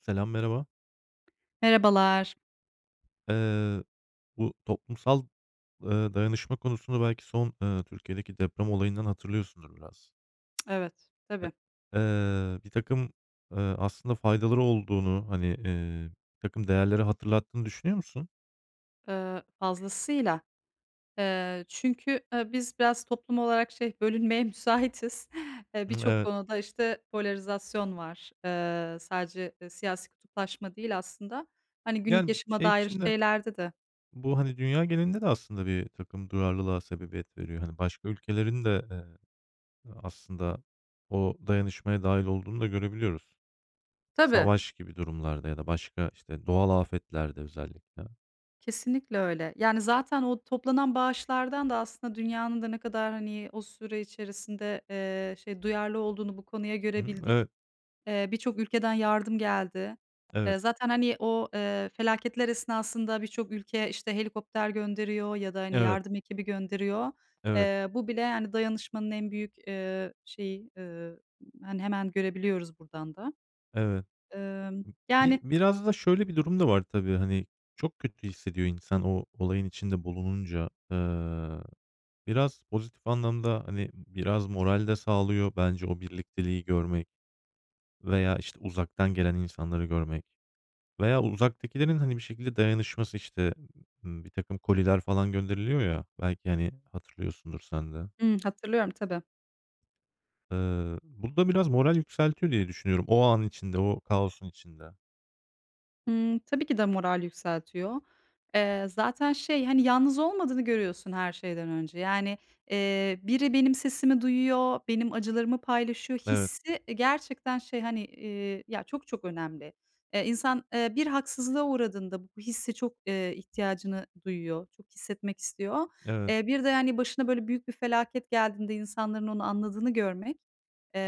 Selam, merhaba. Merhabalar. Eee, bu toplumsal, dayanışma konusunu belki son, Türkiye'deki deprem olayından hatırlıyorsundur biraz. Evet, E tabii. birtakım, aslında faydaları olduğunu, hani, bir takım değerleri hatırlattığını düşünüyor musun? Fazlasıyla. Çünkü, biz biraz toplum olarak şey, bölünmeye müsaitiz. Eee, Imm, birçok evet. konuda, işte, polarizasyon var. Sadece, siyasi kutuplaşma değil aslında. Hani, günlük Yani, yaşama şey dair için de şeylerde de. bu, hani, dünya genelinde de aslında bir takım duyarlılığa sebebiyet veriyor. Hani, başka ülkelerin de, aslında o dayanışmaya dahil olduğunu da görebiliyoruz. Tabii, Savaş gibi durumlarda ya da başka, işte, doğal afetlerde özellikle. kesinlikle öyle. Yani, zaten o toplanan bağışlardan da aslında dünyanın da ne kadar, hani, o süre içerisinde, şey, duyarlı olduğunu bu konuya Hı görebildik. hı. Birçok ülkeden yardım geldi. Eee, Evet, zaten, hani, o, felaketler esnasında birçok ülke, işte, helikopter gönderiyor ya da, hani, evet, yardım ekibi gönderiyor. evet, evet, Bu bile, yani, dayanışmanın en büyük, şeyi, hani, hemen görebiliyoruz buradan da. evet. Emm, Bi yani biraz da şöyle bir durum da var tabii, hani, çok kötü hissediyor insan o olayın içinde bulununca. Biraz pozitif anlamda, hani, biraz moral de sağlıyor bence o birlikteliği görmek veya, işte, uzaktan gelen insanları görmek veya uzaktakilerin, hani, bir şekilde dayanışması, işte, bir takım koliler falan gönderiliyor ya, belki, hani, hatırlıyorsundur sen de. Hımm, hatırlıyorum tabii. Bu da biraz moral yükseltiyor diye düşünüyorum o an içinde, o kaosun içinde. Imm, tabii ki de moral yükseltiyor. Zaten şey, hani, yalnız olmadığını görüyorsun her şeyden önce. Yani, biri benim sesimi duyuyor, benim acılarımı paylaşıyor Evet, hissi, gerçekten şey, hani, ya, çok çok önemli. İnsan, bir haksızlığa uğradığında bu hisse çok, ihtiyacını duyuyor, çok hissetmek istiyor. evet. Bir de, yani, başına böyle büyük bir felaket geldiğinde insanların onu anladığını görmek. Eee,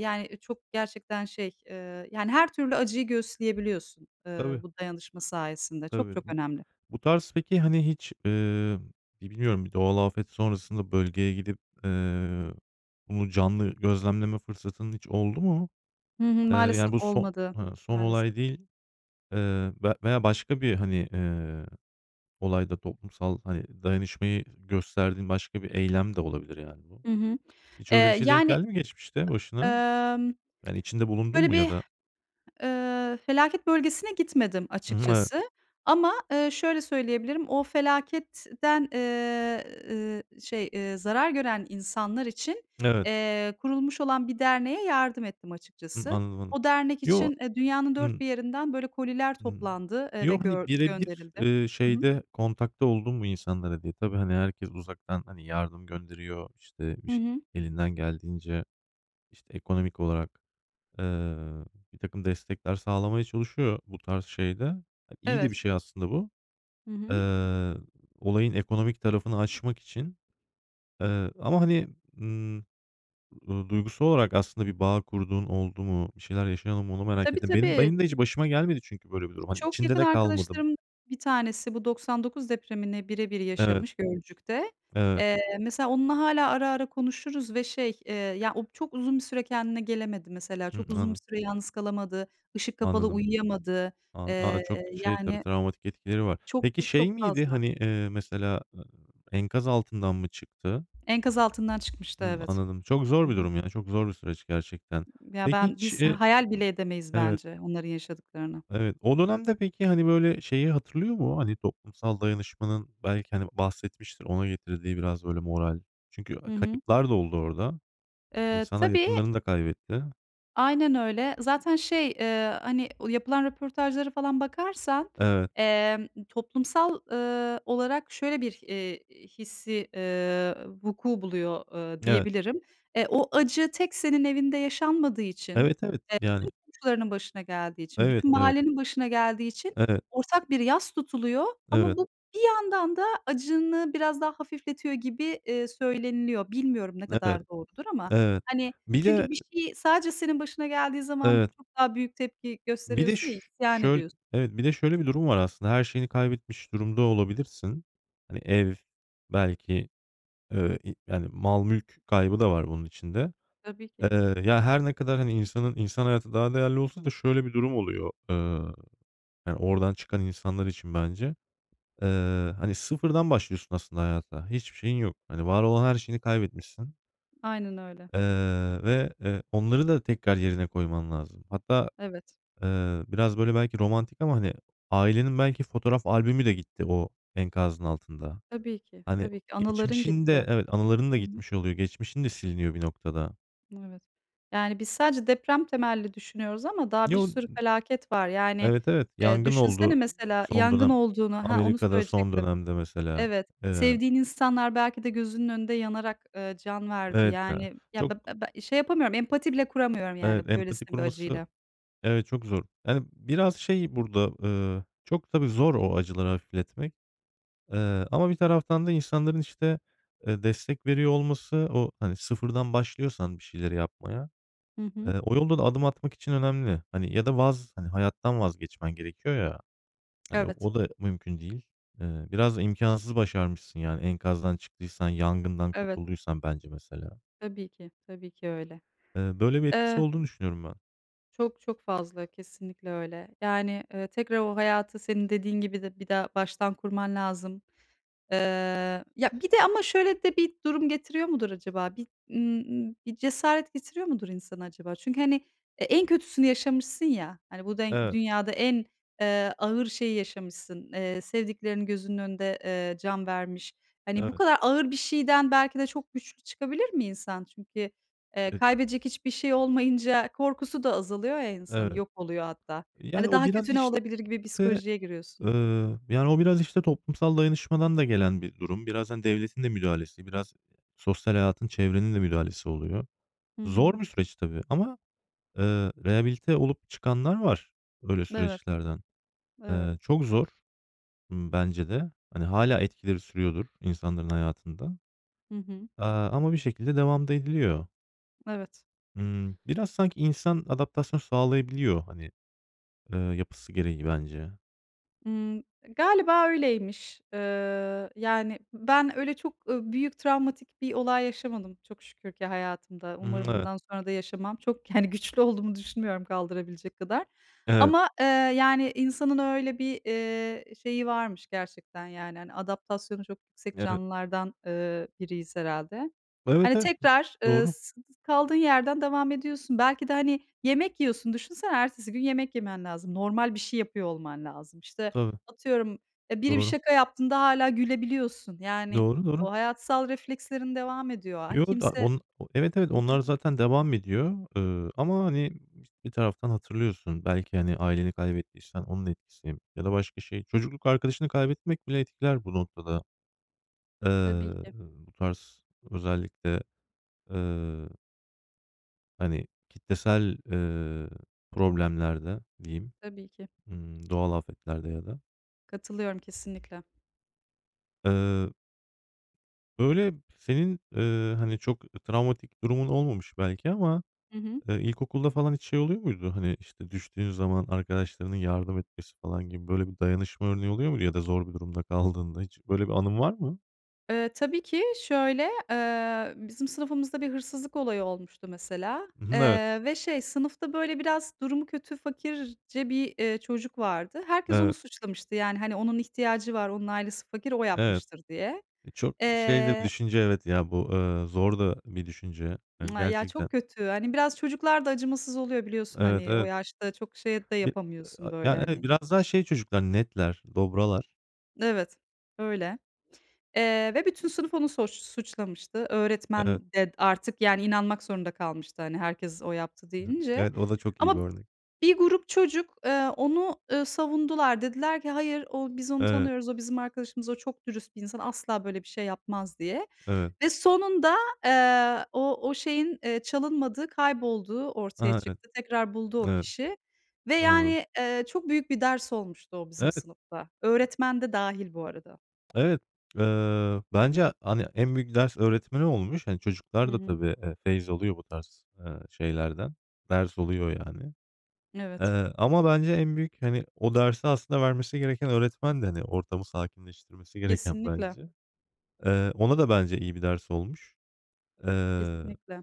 yani, çok gerçekten şey, yani, her türlü acıyı göğüsleyebiliyorsun, Tabii, bu dayanışma sayesinde. tabii. Çok çok B önemli. bu tarz peki, hani, hiç, bilmiyorum bir doğal afet sonrasında bölgeye gidip, bunu canlı gözlemleme fırsatın hiç oldu mu? Hı hı, Yani, maalesef bu son olmadı. ha, son Maalesef. olay değil, veya başka bir, hani, olayda toplumsal, hani, dayanışmayı gösterdiğin başka bir eylem de olabilir, yani, bu. Hı hı. Hiç öyle bir Eee, şeye denk yani, geldi mi geçmişte başına? emm, Yani, içinde bulundun böyle mu ya bir da? felaket bölgesine gitmedim Hı hı, evet, açıkçası ama, şöyle söyleyebilirim, o felaketten, şey, zarar gören insanlar için, evet. Kurulmuş olan bir derneğe yardım ettim açıkçası. Anladım, anladım. O dernek Yo, için, dünyanın dört ımm bir yerinden böyle koliler Hımm. toplandı, ve Yo, hani, gör birebir, gönderildi. Hı hı. şeyde kontakta oldun mu insanlara diye. Tabii, hani, herkes uzaktan, hani, yardım gönderiyor, işte, bir Hı şey hı. elinden geldiğince, işte, ekonomik olarak, eee, birtakım destekler sağlamaya çalışıyor bu tarz şeyde. Hani, iyi de bir Evet. şey aslında bu. Hı hı. Eee, Olayın ekonomik tarafını aşmak için. Ama, hani, ımm, duygusal olarak aslında bir bağ kurduğun oldu mu? Bir şeyler yaşadın mı? Onu merak Tabii, ettim. Benim tabii. benim de hiç başıma gelmedi çünkü böyle bir durum. Hani, Çok içinde yakın de kalmadım. arkadaşlarım bir tanesi bu 99 depremini birebir Evet. yaşamış Gölcük'te. Evet. Mesela onunla hâlâ ara ara konuşuruz ve şey, ya, o çok uzun bir süre kendine gelemedi mesela. Çok Hımm, uzun anla bir süre yalnız kalamadı, ışık kapalı anladım. uyuyamadı. Eee, Çok şey tabii, yani, travmatik etkileri var. çok, Peki çok, çok şey miydi, fazla. hani, mesela, enkaz altından mı çıktı? Enkaz altından çıkmıştı, Hımm, evet. anladım. Çok zor Hı bir hı. durum ya, çok zor bir süreç gerçekten. Ya, Peki ben hiç, biz hayal bile edemeyiz evet, bence onların yaşadıklarını. evet. O dönemde peki, hani, böyle, şeyi hatırlıyor mu? Hani, toplumsal dayanışmanın belki, hani, bahsetmiştir, ona getirdiği biraz böyle moral. Çünkü Hı hı. kayıplar da oldu orada. Eee, İnsanlar tabii yakınlarını da kaybetti. Aynen öyle. Zaten şey, hani, o yapılan röportajlara falan bakarsan, Evet, toplumsal, olarak şöyle bir, hissi, vuku buluyor, evet. diyebilirim. O acı tek senin evinde yaşanmadığı için, Evet, evet. Yani, komşularının başına geldiği için, evet, bütün evet, mahallenin başına geldiği için evet, ortak bir yas tutuluyor ama evet. bu bir yandan da acını biraz daha hafifletiyor gibi, söyleniliyor. Bilmiyorum ne Evet, kadar doğrudur ama, evet. hani, Bir de, çünkü bir şey sadece senin başına geldiği zaman evet. çok daha büyük tepki bir de gösteriyorsun ş ya, isyan şöyle ediyorsun. evet. Bir de şöyle bir durum var aslında. Her şeyini kaybetmiş durumda olabilirsin. Hani belki, i yani mal mülk kaybı da var bunun içinde. Tabii ki. Ya, her ne kadar, hani, insan hayatı daha değerli olsa da şöyle bir durum oluyor, yani, oradan çıkan insanlar için bence. Hani, sıfırdan başlıyorsun aslında hayata. Hiçbir şeyin yok. Hani, var olan her şeyini kaybetmişsin, Aynen öyle. eee, ve, onları da tekrar yerine koyman lazım. Hatta Evet. Biraz böyle belki romantik ama, hani, ailenin belki fotoğraf albümü de gitti o enkazın altında. Tabii ki, Hani, tabii ki. Anıların geçmişin gitti. de evet, anıların da Hı hı. gitmiş oluyor. Geçmişin de siliniyor bir noktada. Evet. Yani, biz sadece deprem temelli düşünüyoruz ama daha bir Yo, sürü felaket var. Yani, evet, evet. Yangın oldu düşünsene mesela son yangın dönem olduğunu. Ha, onu Amerika'da son söyleyecektim. dönemde mesela. Evet. Eee, Sevdiğin insanlar belki de gözünün önünde yanarak, can verdi. evet ya. Yani, ya, Çok, be be be şey yapamıyorum, empati bile kuramıyorum evet. yani Empati böylesine bir kurması, acıyla. evet, çok zor. Yani, biraz şey burada, çok tabii zor o acıları hafifletmek. Ama bir taraftan da insanların, işte, destek veriyor olması o, hani, sıfırdan başlıyorsan bir şeyleri yapmaya, Hı hı. O yolda da adım atmak için önemli. Hani, ya da hani, hayattan vazgeçmen gerekiyor ya, hani, o Evet, o da mümkün değil. Biraz da imkânsızı başarmışsın, yani, enkazdan çıktıysan, yangından evet. kurtulduysan bence mesela. Tabii ki, tabii ki öyle. Böyle bir etkisi olduğunu düşünüyorum ben. Çok çok fazla, kesinlikle öyle. Yani, tekrar o hayatı senin dediğin gibi de bir daha baştan kurman lazım. Ya, bir de ama şöyle de bir durum getiriyor mudur acaba? Bir cesaret getiriyor mudur insana acaba? Çünkü, hani, en kötüsünü yaşamışsın ya, hani, bu den Evet, dünyada en, ağır şeyi yaşamışsın. Sevdiklerin gözünün önünde, can vermiş. Hani, bu evet, kadar ağır bir şeyden belki de çok güçlü çıkabilir mi insan? Çünkü, e kaybedecek hiçbir şey olmayınca korkusu da azalıyor ya insanın, evet. yok oluyor hatta. Yani, Hani, o daha biraz, kötü ne işte. olabilir gibi psikolojiye giriyorsun. Yani, o biraz, işte, toplumsal dayanışmadan da gelen bir durum. Birazdan devletin de müdahalesi, biraz sosyal hayatın, çevrenin de müdahalesi oluyor. Hı hı. Zor bir süreç tabii ama, rehabilite olup çıkanlar var öyle Evet, süreçlerden. evet. Çok zor, bence de. Hani, hala etkileri sürüyordur insanların hayatında, Hı hı. Ama bir şekilde devam da ediliyor. Evet. Biraz sanki insan adaptasyon sağlayabiliyor, hani, yapısı gereği bence. Imm, galiba öyleymiş. Yani, ben öyle çok, büyük travmatik bir olay yaşamadım çok şükür ki hayatımda. Hı Umarım evet. bundan sonra da yaşamam. Çok, yani, güçlü olduğumu düşünmüyorum kaldırabilecek kadar. Evet. Ama, yani, insanın öyle bir, şeyi varmış gerçekten, yani, hani, adaptasyonu çok yüksek Evet. canlılardan, biriyiz herhalde. Evet, Hani, evet. tekrar, Doğru. s kaldığın yerden devam ediyorsun. Belki de, hani, yemek yiyorsun. Düşünsene ertesi gün yemek yemen lazım. Normal bir şey yapıyor olman lazım. İşte, Tabii. atıyorum, biri bir Doğru. şaka yaptığında hâlâ gülebiliyorsun. Yani, Doğru, doğru. o hayatsal reflekslerin devam ediyor. Ha, Yo, da kimse. on evet, evet, Hı hı. onlar zaten devam ediyor, ama, hani, bir taraftan hatırlıyorsun. Belki, hani, aileni kaybettiysen onun etkisi ya da başka şey. Çocukluk arkadaşını kaybetmek bile etkiler bu noktada. Tabii ki. Bu tarz özellikle, eee, hani, kitlesel, problemlerde diyeyim, Tabii ki. Doğal afetlerde ya da. Katılıyorum kesinlikle. Eee, Böyle, senin, hani, çok travmatik durumun olmamış belki ama, Hı hı. İlkokulda falan hiç şey oluyor muydu? Hani, işte, düştüğün zaman arkadaşlarının yardım etmesi falan gibi böyle bir dayanışma örneği oluyor muydu ya da zor bir durumda kaldığında hiç böyle bir anın var mı? Tabii ki şöyle, bizim sınıfımızda bir hırsızlık olayı olmuştu mesela, Hı hı, evet, ve şey, sınıfta böyle biraz durumu kötü, fakirce bir, çocuk vardı. Herkes onu evet, suçlamıştı. Yani, hani, onun ihtiyacı var, onun ailesi fakir, o evet. yapmıştır diye. Çok şey de bir Eee, düşünce evet ya bu, zor da bir düşünce, ya, gerçekten. çok kötü. Hani, biraz çocuklar da acımasız oluyor biliyorsun, Evet, hani, o evet. yaşta çok şey de Bir e, yapamıyorsun a böyle, Yani, evet, hani. biraz daha şey çocuklar, netler, dobralar. Evet, öyle. Ve bütün sınıf onu suçlamıştı. Evet. Öğretmen de artık, yani, inanmak zorunda kalmıştı, hani, herkes o yaptı Hı hı. deyince. Evet, o da çok iyi bir Ama örnek. bir grup çocuk, onu, savundular. Dediler ki, "Hayır, o biz onu Evet, tanıyoruz, o bizim arkadaşımız, o çok dürüst bir insan, asla böyle bir şey yapmaz." diye evet. ve sonunda, o şeyin, çalınmadığı, kaybolduğu ortaya A, evet, çıktı. Tekrar buldu o evet. kişi ve, Anladım. yani, çok büyük bir ders olmuştu o bizim Evet. sınıfta. Öğretmen de dâhil bu arada. Evet, bence, hani, en büyük ders öğretmeni olmuş. Hani, Hı çocuklar da hı. tabii, feyz alıyor bu tarz, şeylerden. Ders oluyor yani. Evet. Ama bence en büyük, hani, o dersi aslında vermesi gereken öğretmen de, hani, ortamı sakinleştirmesi gereken Kesinlikle, bence. Ona da bence iyi bir ders olmuş. Eee, kesinlikle.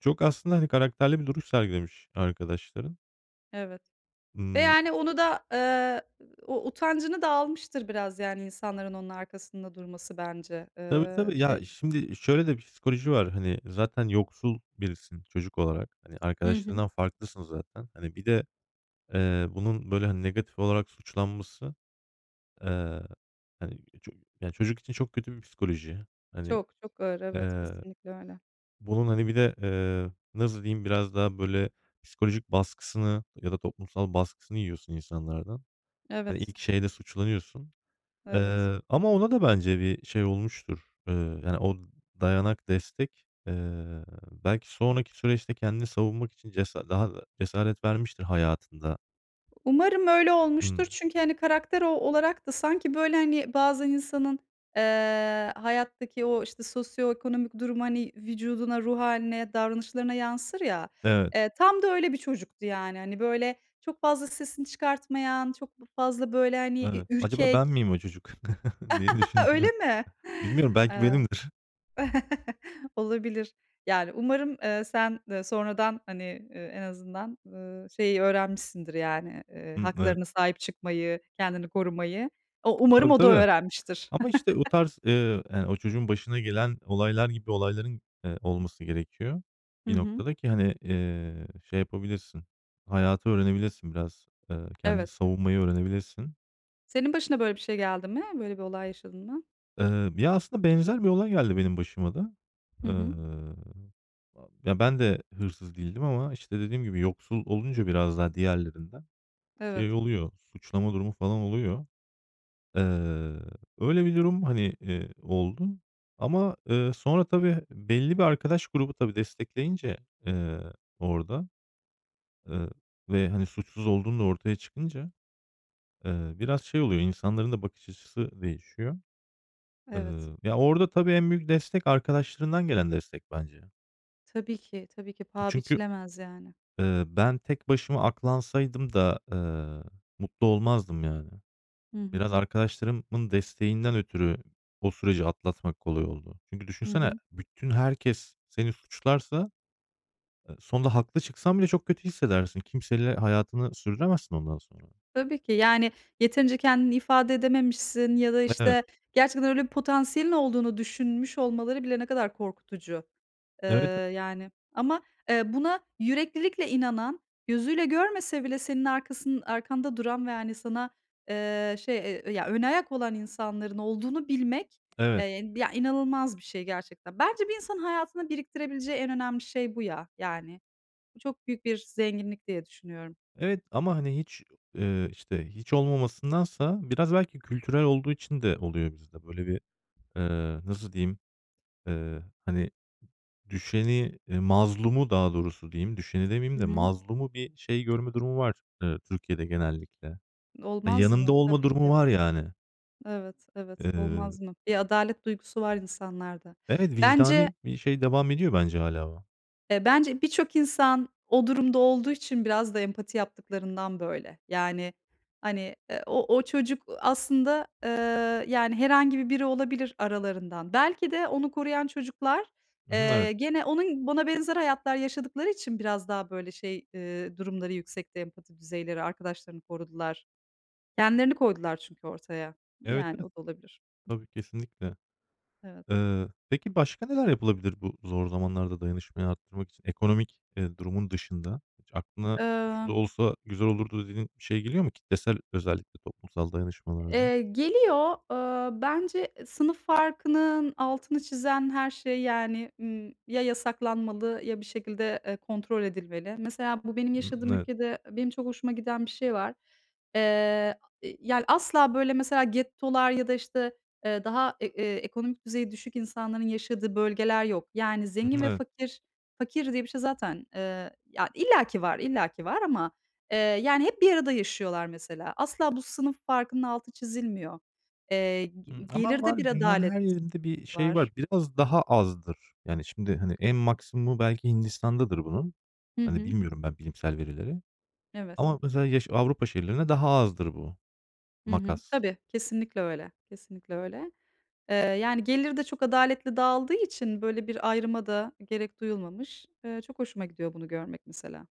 Çok aslında, hani, karakterli bir duruş sergilemiş arkadaşların. Evet ve yani onu da, o utancını da almıştır biraz yani insanların onun arkasında durması bence. Tabii, Eee, tabii. Ya, şey şimdi şöyle de bir psikoloji var. Hani, zaten yoksul birisin çocuk olarak. Hani, Hı hı. arkadaşlarından farklısın zaten. Hani, bir de, bunun, böyle, hani, negatif olarak suçlanması, eee, hani, ya, çocuk için çok kötü bir psikoloji. Hani, Çok, çok ağır. Evet, eee, kesinlikle öyle. bunun, hani, bir de, nasıl diyeyim, biraz daha, böyle, psikolojik baskısını ya da toplumsal baskısını yiyorsun insanlardan. Hani, Evet, ilk şeyde suçlanıyorsun. evet. Ama ona da bence bir şey olmuştur. Yani o dayanak, destek, belki sonraki süreçte kendini savunmak için daha da cesaret vermiştir hayatında. Umarım öyle Hımm. olmuştur çünkü, hani, karakter o olarak da sanki, böyle, hani, bazen insanın, hayattaki o, işte, sosyoekonomik durum, hani, vücuduna, ruh haline davranışlarına yansır ya. Evet, Tam da öyle bir çocuktu yani. Hani, böyle, çok fazla sesini çıkartmayan, çok fazla, böyle, hani, evet. Acaba ürkek. ben miyim o çocuk diye düşündüm ya. Öyle mi? Bilmiyorum belki Eee benimdir. Olabilir. Yani, umarım, sen, sonradan, hani, en azından, şeyi öğrenmişsindir, yani, Hımm, evet. haklarına sahip çıkmayı, kendini korumayı. O umarım Tabii, o da tabii. öğrenmiştir. Ama, işte, o tarz, yani, o çocuğun başına gelen olaylar gibi olayların, olması gerekiyor Hı bir hı. noktada ki, hani, şey yapabilirsin, hayatı öğrenebilirsin biraz, kendini Evet. savunmayı öğrenebilirsin. Senin başına böyle bir şey geldi mi? Böyle bir olay yaşadın mı? Ya, aslında benzer bir olay geldi benim başıma da. Hı Eee, hı. Ya, ben de hırsız değildim ama, işte, dediğim gibi yoksul olunca biraz daha diğerlerinden Evet, şey oluyor, suçlama durumu falan oluyor. Eee, Öyle bir durum, hani, oldu ama, sonra tabii belli bir arkadaş grubu tabii destekleyince, eee, orada, eee, ve, hani, suçsuz olduğun da ortaya çıkınca, biraz şey oluyor, insanların da bakış açısı değişiyor. Evet. Ya, orada tabii en büyük destek arkadaşlarından gelen destek bence. Tabii ki, tabii ki. Paha Çünkü, biçilemez, yani. Ben tek başıma aklansaydım da, mutlu olmazdım yani. Hı hı. Biraz arkadaşlarımın desteğinden ötürü o süreci atlatmak kolay oldu. Çünkü Hı düşünsene hı. bütün herkes seni suçlarsa, sonunda haklı çıksan bile çok kötü hissedersin. Kimseyle hayatını sürdüremezsin ondan sonra. Tabii ki. Yani, yeterince kendini ifade edememişsin ya da, Evet, işte, gerçekten öyle bir potansiyelin olduğunu düşünmüş olmaları bile ne kadar korkutucu. Eee, evet, yani ama, buna yüreklilikle inanan, gözüyle görmese bile senin arkanda duran ve, yani sana, şey, ya, ön ayak olan insanların olduğunu bilmek, evet, yani ya, inanılmaz bir şey gerçekten. Bence bir insan hayatına biriktirebileceği en önemli şey bu ya, yani. Bu çok büyük bir zenginlik diye düşünüyorum. evet ama, hani, hiç, işte, hiç olmamasındansa biraz belki kültürel olduğu için de oluyor bizde. Böyle bir, nasıl diyeyim, hani, düşeni, mazlumu daha doğrusu diyeyim, düşeni demeyeyim Hı de hı. mazlumu bir şey görme durumu var, Türkiye'de genellikle. Hani, Olmaz yanımda mı? olma Tabii durumu ki. var yani. Evet, evet. Eee, Olmaz mı? Bir adalet duygusu var insanlarda. evet, Bence, vicdani bir şey devam ediyor bence hala o. bence birçok insan o durumda olduğu için biraz da empati yaptıklarından böyle. Yani, hani, o çocuk aslında, yani, herhangi bir biri olabilir aralarından. Belki de onu koruyan çocuklar, Hı hı, evet. Gene onun buna benzer hayatlar yaşadıkları için biraz daha böyle şey, durumları yüksekte empati düzeyleri, arkadaşlarını korudular. Kendilerini koydular çünkü ortaya. Evet, Yani o evet. da olabilir. Tabii, kesinlikle. Evet. Peki başka neler yapılabilir bu zor zamanlarda dayanışmayı arttırmak için? Ekonomik, durumun dışında hiç aklına şu da olsa güzel olurdu dediğin bir şey geliyor mu kitlesel özellikle toplumsal dayanışmalarda? Geliyor. Bence sınıf farkının altını çizen her şey, yani, ya yasaklanmalı ya bir şekilde, kontrol edilmeli. Mesela bu benim Hı, yaşadığım evet. ülkede benim çok hoşuma giden bir şey var. Eee, yani, asla, böyle, mesela gettolar ya da, işte, daha ekonomik düzeyi düşük insanların yaşadığı bölgeler yok. Yani, Hı zengin ve evet. fakir diye bir şey zaten, ya illaki var, illaki var ama. Yani hep bir arada yaşıyorlar mesela. Asla bu sınıf farkının altı çizilmiyor. G Hımm, ama gelirde bir var dünyanın adalet her yerinde bir şey var. var. Biraz daha azdır. Yani, şimdi, hani, en maksimumu belki Hindistan'dadır bunun. Hı Hani, hı. bilmiyorum ben bilimsel verileri Evet. ama mesela Avrupa şehirlerinde daha azdır bu Hı hı. makas. Tabii, kesinlikle öyle, kesinlikle öyle. Yani gelir de çok adaletli dağıldığı için böyle bir ayrıma da gerek duyulmamış. Çok hoşuma gidiyor bunu görmek mesela.